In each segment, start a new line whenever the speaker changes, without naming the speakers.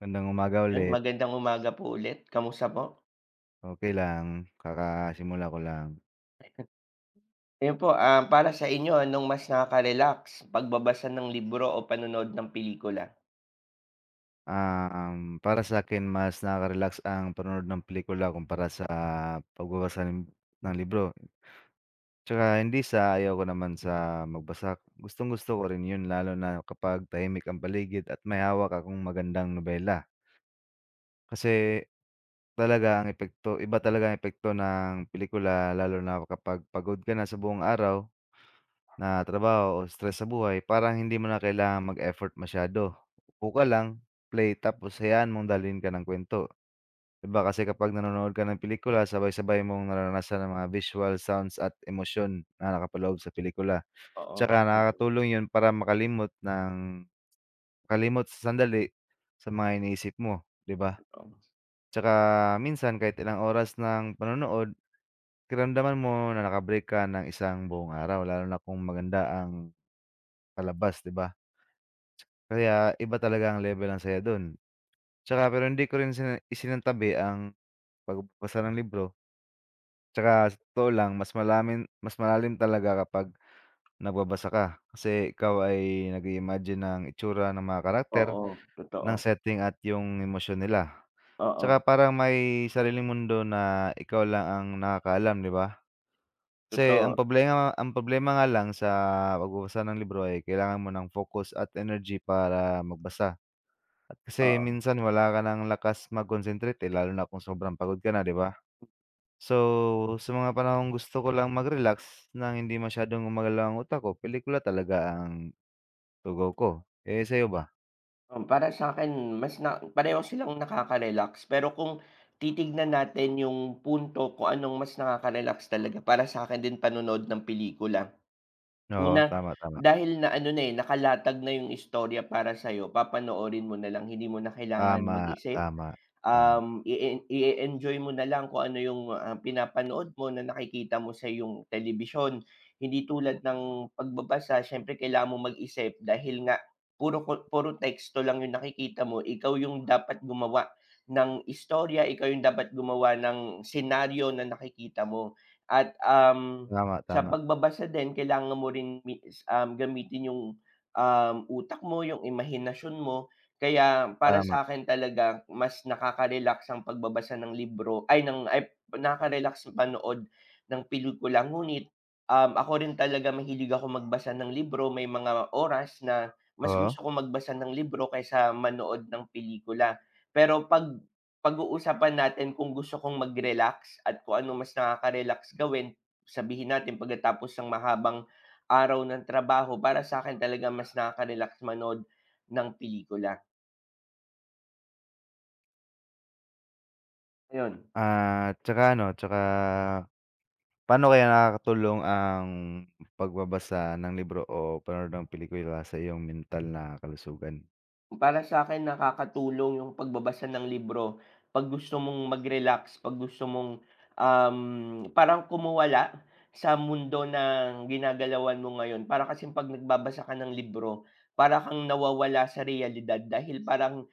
Magandang umaga
'Yun,
ulit.
magandang umaga po ulit, kamusta po?
Okay lang, kakasimula ko lang.
Ayun po, para sa inyo anong mas nakaka-relax, pagbabasa ng libro o panonood ng pelikula?
Para sa akin mas nakaka-relax ang panonood ng pelikula kumpara sa pagbabasa ng libro. Tsaka hindi sa ayaw ko naman sa magbasa, gustong-gusto ko rin 'yun lalo na kapag tahimik ang paligid at may hawak akong magandang nobela. Kasi talaga ang epekto iba talaga ang epekto ng pelikula lalo na kapag pagod ka na sa buong araw. Na trabaho o stress sa buhay parang hindi mo na kailangang mag-effort masyado. Upo ka lang, play tapos hayaan mong dalhin ka ng kwento. 'Di ba kasi kapag nanonood ka ng pelikula sabay-sabay mong nararanasan ang mga visual, sounds at emosyon na nakapaloob sa pelikula.
Oo,
Tsaka
oo,
nakakatulong 'yun para makalimot sa sandali sa mga iniisip mo, 'di ba? Tsaka minsan kahit ilang oras ng panonood, pakiramdaman mo na naka ng isang buong araw lalo na kung maganda ang palabas, 'di ba? Kaya iba talaga ang level ng saya don. Tsaka pero hindi ko rin isinantabi ang pagbabasa ng libro. Tsaka sa totoo lang mas malalim talaga kapag nagbabasa ka. Kasi ikaw ay nag-i-imagine ng itsura ng mga karakter,
oo, totoo,
ng setting at yung emosyon nila. Tsaka
oo,
parang may sariling mundo na ikaw lang ang nakakaalam, 'di ba? Kasi ang
totoo,
problema ang problema nga lang sa pagbabasa ng libro ay kailangan mo ng focus at energy para magbasa. At kasi
oo.
minsan wala ka ng lakas mag-concentrate, eh, lalo na kung sobrang pagod ka na, 'di ba? So, sa mga panahong gusto ko lang mag-relax nang hindi masyadong gumagalaw ang utak ko, pelikula talaga ang tugon ko. Eh, sa'yo ba?
Para sa akin mas na pareho silang nakaka-relax pero kung titignan natin yung punto kung anong mas nakaka-relax talaga para sa akin din panonood ng pelikula.
Oo,
Una,
tama, tama.
dahil na ano na, eh, nakalatag na yung istorya para sa'yo, papanoorin mo na lang, hindi mo na kailangan
Tama,
mag-isip,
tama, tama.
i enjoy mo na lang kung ano yung, pinapanood mo na nakikita mo sa yung telebisyon. Hindi tulad ng pagbabasa siyempre kailangan mong mag-isip dahil nga puro teksto lang yung nakikita mo, ikaw yung dapat gumawa ng istorya, ikaw yung dapat gumawa ng senaryo na nakikita mo. At, um,
Tama,
sa
tama,
pagbabasa din kailangan mo rin gamitin yung utak mo, yung imahinasyon mo kaya para
tama,
sa'kin talaga mas nakaka-relax ang pagbabasa ng libro ay nakaka-relax manood ng pelikula. Ngunit, ako rin talaga mahilig ako magbasa ng libro, may mga oras na mas
oo.
gusto kong magbasa ng libro kaysa manood ng pelikula. Pero pag-uusapan natin kung gusto kong mag-relax at kung ano mas nakaka-relax gawin, sabihin natin pagkatapos ng mahabang araw ng trabaho, para sa'kin talaga mas nakaka-relax manood ng pelikula. Ayun,
At tsaka paano kaya nakakatulong ang pagbabasa ng libro o panonood ng pelikula sa iyong mental na kalusugan?
para sa akin nakakatulong yung pagbabasa ng libro 'pag gusto mong mag-relax, 'pag gusto mong, um, parang kumawala sa mundo ng ginagalawan mo ngayon. Para kasi 'pag nagbabasa ka ng libro, para kang nawawala sa realidad dahil parang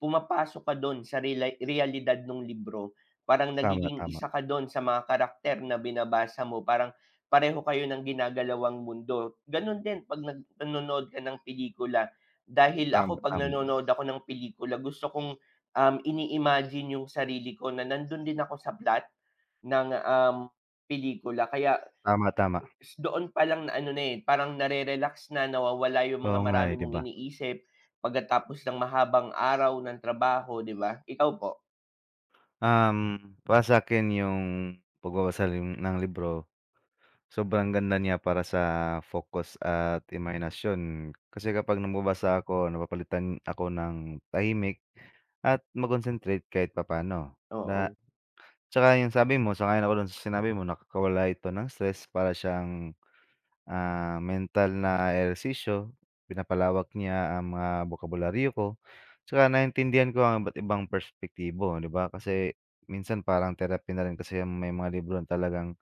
pumapasok ka dun sa realidad ng libro. Parang
Tama,
nagiging
tama,
isa ka dun sa mga karakter na binabasa mo, parang pareho kayo ng ginagalawang mundo. Ganon din 'pag nanonood ka ng pelikula. Dahil
tama,
ako 'pag
tama.
nanonood ako ng pelikula gusto kong ini-imagine yung sarili ko na nandun din ako sa plot ng pelikula. Kaya
Tama, tama.
doon pa lang na ano na, eh, parang nare-relax na, nawawala yung
Oo
mga
nga, eh,
marami
'di
mong
ba?
iniisip pagkatapos ng mahabang araw ng trabaho, 'di ba? Ikaw po?
Um, Para sa'kin yung pagbabasa ng libro, sobrang ganda niya para sa focus at imahinasyon. Kasi kapag nababasa ako, napapalitan ako ng tahimik at mag-concentrate kahit papaano. Na
Oo,
tsaka yung sabi mo, sang-ayon ako dun sa sinabi mo, nakakawala ito ng stress para siyang mental na ehersisyo, pinapalawak niya ang mga bokabularyo ko, tsaka naintindihan ko ang iba't ibang perspektibo, 'di ba? Kasi minsan parang therapy na rin kasi yung may mga libro na talagang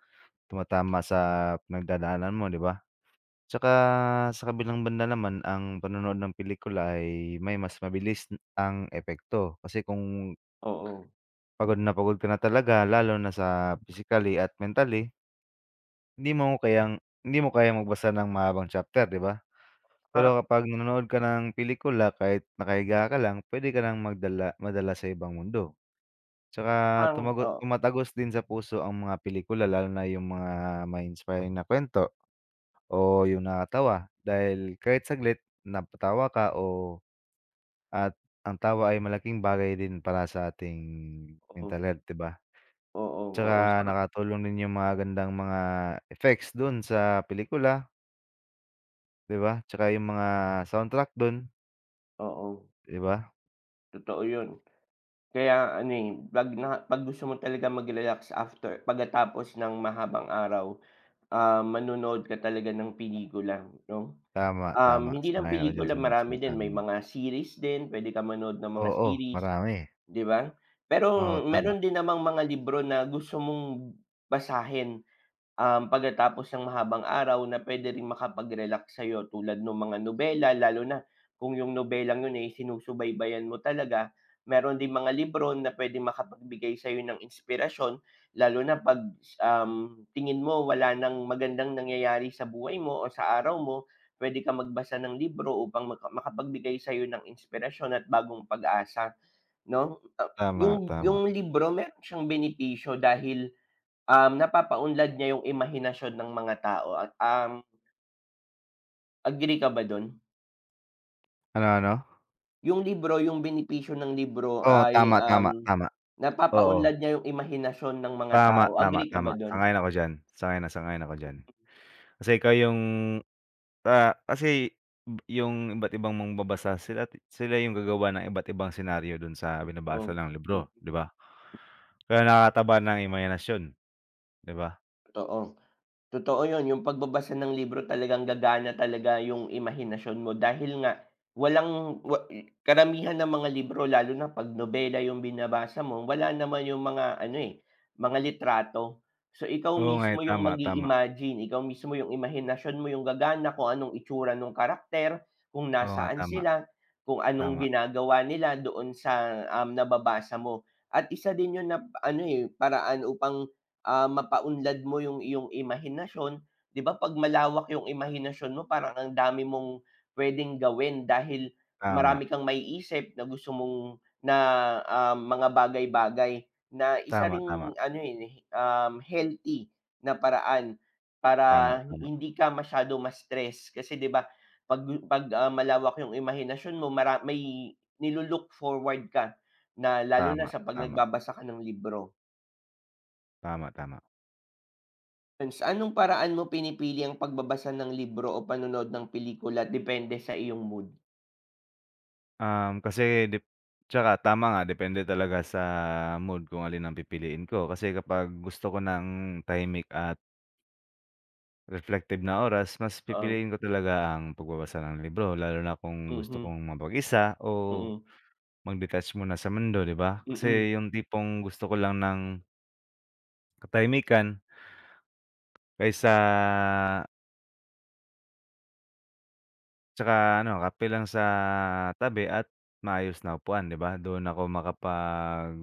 tumatama sa pinagdadaanan mo, 'di ba? Tsaka sa kabilang banda naman, ang panonood ng pelikula ay may mas mabilis ang epekto. Kasi kung
oo.
pagod na pagod ka na talaga lalo na sa physically at mentally, hindi mo kayang hindi mo kayang magbasa ng mahabang chapter, 'di ba? Pero kapag nanonood ka ng pelikula kahit nakahiga ka lang, puwede ka ng madala sa ibang mundo. Tsaka
Parang oo,
tumatagos din sa puso ang mga pelikula lalo na yung mga ma-inspiring na kuwento o yung nakakatawa dahil kahit saglit napatawa ka o at ang tawa ay malaking bagay din para sa ating mental health, 'di ba?
oo, oo,
Tsaka
oo, saka
nakatulong din yung mga magagandang mga effects dun sa pelikula, 'di ba? Tsaka yung mga soundtrack dun,
oo,
'di ba?
totoo yun. Kaya ano, eh, 'pag gusto mo talaga mag-relax after pagkatapos ng mahabang araw, manonood ka talaga ng pelikula 'no.
Tama,
Um,
tama.
hindi lang
Sang-ayon ako diyan
pelikula
sa mga
marami din
sinasabi
may
mo.
mga series din, pwede ka manood ng mga
Oo,
series,
marami.
'di ba? Pero
Oo, tama,
meron din namang mga libro na gusto mong basahin. Pagkatapos ng mahabang araw na puwede ring makapag-relax sa'yo tulad ng mga nobela lalo na kung yung nobelang yun, ay sinusubaybayan mo talaga. Meron din mga libro na puwedeng makapagbigay sa'yo ng inspirasyon lalo na 'pag, tingin mo wala ng magandang nangyayari sa buhay mo o sa araw mo, puwede kang magbasa ng libro upang makapagbigay sa'yo ng inspirasyon at bagong pag-asa, 'no? Ah,
tama, tama.
yung libro meron siyang benepisyo dahil napapaunlad niya yung imahinasyon ng mga tao at, agree ka ba dun?
Ano, ano?
Yung libro, yung benepisyo ng libro
Oo,
ay,
tama,
um,
tama, tama. Oo,
napapaunlad niya yung imahinasyon ng mga
tama,
tao,
tama,
agree ka
tama.
ba dun?
Sang-ayon ako diyan, sang-ayon na sang-ayon ako diyan. Kasi ikaw yung, ah, kasi b yung iba't ibang mangbabasa sila sila yung gagawa ng iba't ibang senaryo dun sa
Oo,
binabasa ng libro,
hmm,
'di ba? Kaya nakakataba ng imahinasyon, 'di ba?
totoo. Totoo yun, yung pagbabasa ng libro talagang gagana talaga yung imahinasyon mo dahil nga walang karamihan ng mga libro lalo na 'pag nobela yung binabasa mo wala naman yung mga ano, eh, mga litrato. So,
Oo nga, eh, tama, tama.
ikaw mismo yung imahinasyon mo yung gagana kung anong itsura ng karakter, kung
Oo nga,
nasaan
tama,
sila, kung anong
tama,
ginagawa nila doon sa, nababasa mo. At isa din yun na ano, eh, paraan upang mapaunlad mo yung iyong imahinasyon. 'Di ba 'pag malawak yung imahinasyon mo parang ang dami mong pwedeng gawin dahil
tama,
marami kang maiisip na gusto mong na, mga bagay-bagay na isa
tama, tama,
ring ano, yun, eh, healthy na paraan
tama,
para
tama.
hindi ka masyado ma-stress. Kasi 'di ba 'pag 'pag, malawak yung imahinasyon mo may nilo forward ka na lalo na
Tama,
sa 'pag
tama,
nagbabasa ka ng libro.
tama, tama.
Anong paraan mo pinipili ang pagbabasa ng libro o panonood ng pelikula depende sa iyong mood?
Um, kasi dep tsaka tama nga depende talaga sa mood kung alin ang pipiliin ko. Kasi kapag gusto ko ng tahimik at reflective na oras, mas
Oh,
pipiliin ko talaga ang pagbabasa ng libro lalo na kung gusto
mhm,
kong mapag-isa o
mm,
mag-detach muna sa mundo, 'di ba?
mm,
Kasi yung tipong gusto ko lang ng katahimikan kaysa tsaka ano kape lang sa tabi at maayos na upuan, 'di ba? Doon ako makapag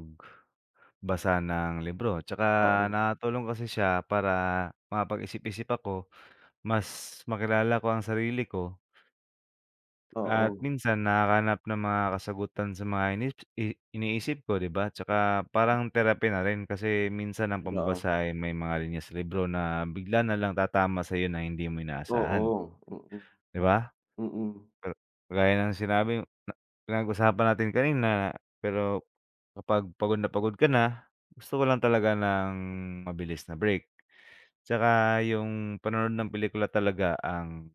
basa ng libro tsaka
oo,
nakatulong kasi siya para makapag-isip-isip ako, mas makilala ko ang sarili ko at
oo,
minsan nakakahanap ng mga kasagutan sa mga inis i iniisip ko, 'di ba? Tsaka parang therapy na rin kasi minsan ang pambabasa ay may mga linya sa libro na bigla na lang tatama sa iyo na hindi mo
oo,
inaasahan,
oo,
'di ba?
mm, mm,
Ka kagaya ng sinabi na pinag-usapan natin kanina pero kapag pagod na pagod ka na, gusto ko lang talaga ng mabilis na break. Tsaka yung panonood ng pelikula talaga ang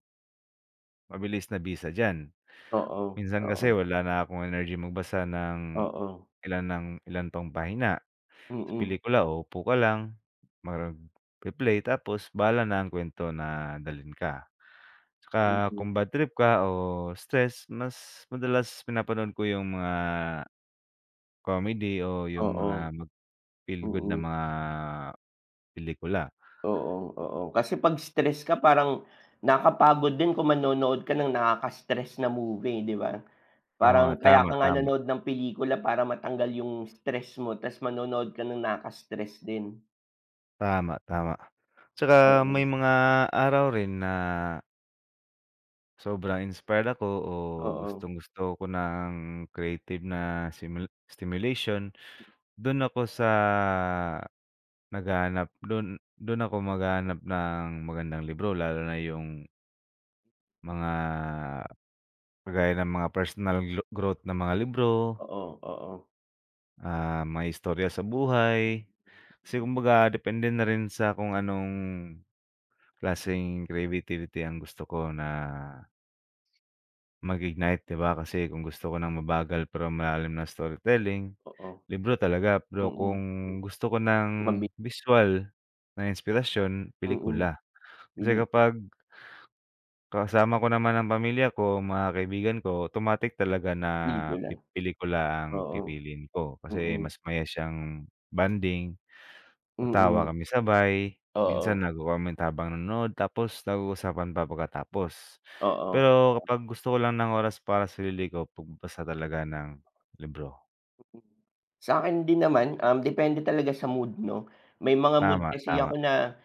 mabilis na bisa diyan.
oo,
Minsan kasi
oo,
wala na akong energy magbasa ng
oo,
ilan ng ilan pang pahina.
mm,
Sa pelikula, uupo ka lang, magpe-play tapos bahala na ang kuwento na dalhin ka. Tsaka kung bad trip ka o stress, mas madalas pinapanood ko yung mga comedy o yung
oo,
mga mag-feel good na
mm,
mga pelikula.
oo, oo. Kasi 'pag stress ka parang nakakapagod din kung manonood ka ng nakaka-stress na movie, 'di ba?
Oo nga,
Parang kaya
tama,
ka nga
tama.
nanood ng pelikula para matanggal yung stress mo ta's manonood ka ng nakaka-stress din.
Tama, tama. Tsaka may
Oo.
mga araw rin na sobrang inspired ako o
Oo,
gustong-gusto ko ng creative na stimulation, dun ako sa naghahanap dun dun ako maghahanap ng magandang libro lalo na yung mga kagaya ng mga personal growth na mga libro,
oo, oo,
mga istorya sa buhay. Kasi
mm,
kumbaga depende na rin sa kung anong klaseng creativity ang gusto ko na mag-ignite, 'di ba? Kasi kung gusto ko ng mabagal pero malalim na storytelling,
oo,
libro talaga. Pero kung
mm, hmm,
gusto ko ng
mabi
visual na inspirasyon,
mm,
pelikula. Kasi
pelikula
kapag kasama ko naman ang pamilya ko, mga kaibigan ko, automatic talaga na
pelikula,
pelikula ang
oo,
pipiliin ko kasi
mm,
mas maya siyang banding tatawa
mm,
kami sabay, minsan
oo,
nagko-comment habang nanonood tapos nag-uusapan pa pagkatapos.
oo.
Pero kapag gusto ko lang ng oras para sa sarili ko pagbabasa talaga ng libro.
Sa'kin din naman, depende talaga sa mood 'no, may mga mood
Tama,
kasi
tama,
ako na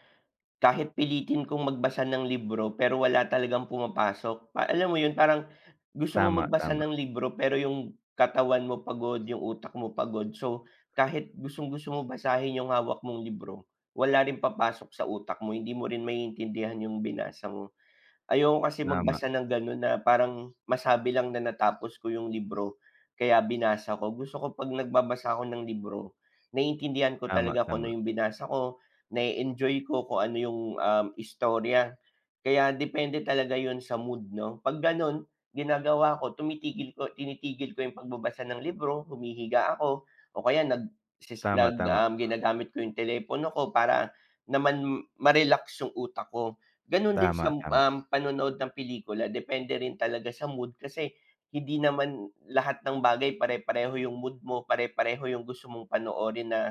kahit pilitin kong magbasa ng libro, pero wala talagang pumapasok, pa alam mo 'yun, parang gusto mo
tama,
magbasa
tama,
ng libro, pero yung katawan mo pagod, yung utak mo pagod. So, kahit gustong-gusto mo basahin yung hawak mong libro, wala rin papasok sa utak mo, hindi mo rin maiintindihan yung binasa mo. Ayoko kasi
tama,
magbasa ng gano'n na parang masabi lang na natapos ko yung libro kaya binasa ko. Gusto ko 'pag nagbabasa ako ng libro, naiintindihan ko
tama,
talaga kung
tama,
ano yung binasa ko, na-e-enjoy ko kung ano yung, istorya. Kaya depende talaga yun sa mood 'no. 'Pag gano'n, ginagawa ko tumitigil ko tinitigil ko yung pagbabasa ng libro, humihiga ako o kaya
tama, tama,
ginagamit ko yung telepono ko para naman ma-relax yung utak ko. Gano'n din sa,
tama,
um,
tama,
panonood ng pelikula depende rin talaga sa mood kasi hindi naman lahat ng bagay pare-pareho yung mood mo, pare-pareho yung gusto mong panoorin na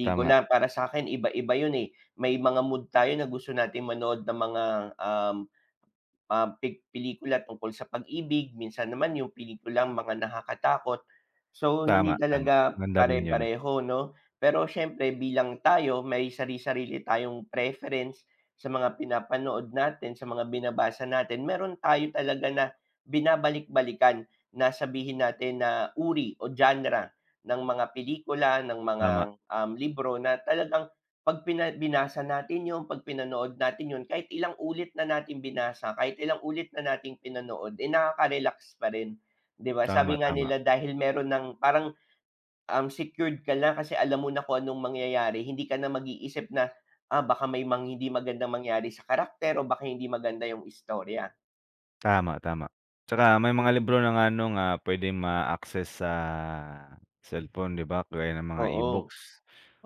tama,
Para sa akin iba-iba yun, eh. May mga mood tayo na gusto natin manood ng mga, um, ah, pe pelikula tungkol sa pag-ibig, minsan naman yung pelikulang mga nakakatakot. So,
tama,
hindi
tama,
talaga
maganda din yun.
pare-pareho 'no, pero siyempre bilang tayo may sari-sarili tayong preference sa mga pinapanood natin, sa mga binabasa natin. Meron tayo talaga na binabalik-balikan na sabihin natin na uri o genre ng mga pelikula, ng mga,
Tama,
um, libro na talagang 'pag binasa natin yun 'pag pinanood natin yun kahit ilang ulit na natin binasa, kahit ilang ulit na nating pinanood, eh, nakaka-relax pa rin, 'di ba? Sabi
tama,
nga
tama,
nila dahil meron ng parang, secured ka na kasi alam mo na kung anong mangyayari, hindi ka na mag-iisip na, baka may hindi magandang mangyari sa karakter o baka hindi maganda yung istorya.
tama, tama. Tsaka may mga
Mhm.
libro na nga ano nga puwedeng ma-access sa cellphone 'di ba, gaya ng mga
Oo,
e-books.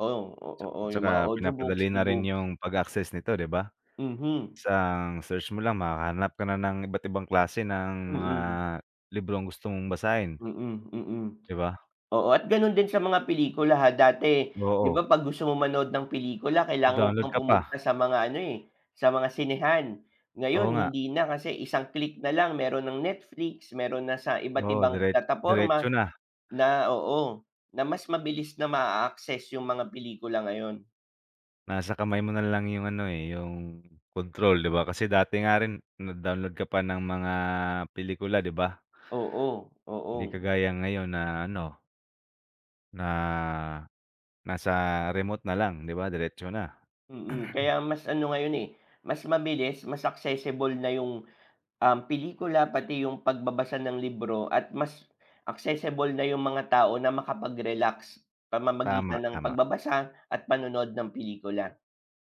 oo, oo,
At
yung
saka
mga audiobooks,
pinapadali na rin
e-books.
yung pag-access nito, 'di ba?
Mhm.
Isang search mo lang makakahanap ka na ng iba't ibang klase ng mga
Mm,
librong gusto mong basahin,
mm, mm.
'di ba?
Oo, at gano'n din sa mga pelikula, ha. Dati, 'di
Oo,
ba 'pag gusto mo manood ng pelikula kailangan mo
mag-download
pang
ka pa,
pumunta sa mga ano, eh, sa mga sinehan.
oo
Ngayon
nga,
hindi na kasi isang click na lang meron ng Netflix, meron na sa iba't
oo
ibang
diretso
plataporma
na,
na oo, na mas mabilis na maa-access yung mga pelikula ngayon.
nasa kamay mo na lang yung ano, eh, yung control, 'di ba? Kasi dati nga rin nag-download ka pa ng mga pelikula, 'di ba?
Oo, oo.
Hindi kagaya ngayon na ano, na nasa remote na lang, 'di ba, diretso na.
Mm, kaya mas ano ngayon, eh, mas mabilis, mas accessible na yung pelikula pati yung pagbabasa ng libro at mas accessible na yung mga tao na makapag-relax pamamagitan
Tama,
ng
tama.
pagbabasa at panonood ng pelikula.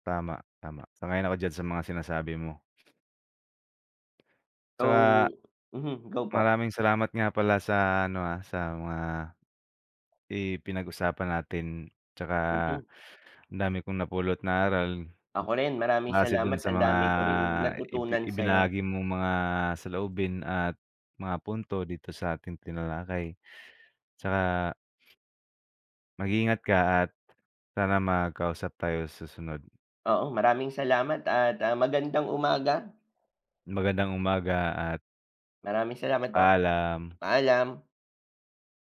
Tama, tama. Sang-ayon ako diyan sa mga sinasabi mo.
So
Tsaka
mhm, go po.
maraming salamat nga pala sa ano, sa mga ipinag-usapan natin tsaka
Mhm,
ang dami kong napulot na aral
ako rin maraming
base dun
salamat
sa
ang
mga
dami ko ring natutunan sa'yo.
ibinahagi mong mga saloobin at mga punto dito sa ating tinalakay. Tsaka mag-ingat ka at sana magkausap tayo sa susunod.
Oo, maraming salamat at, magandang umaga.
Magandang umaga at
Maraming salamat po.
paalam.
Paalam.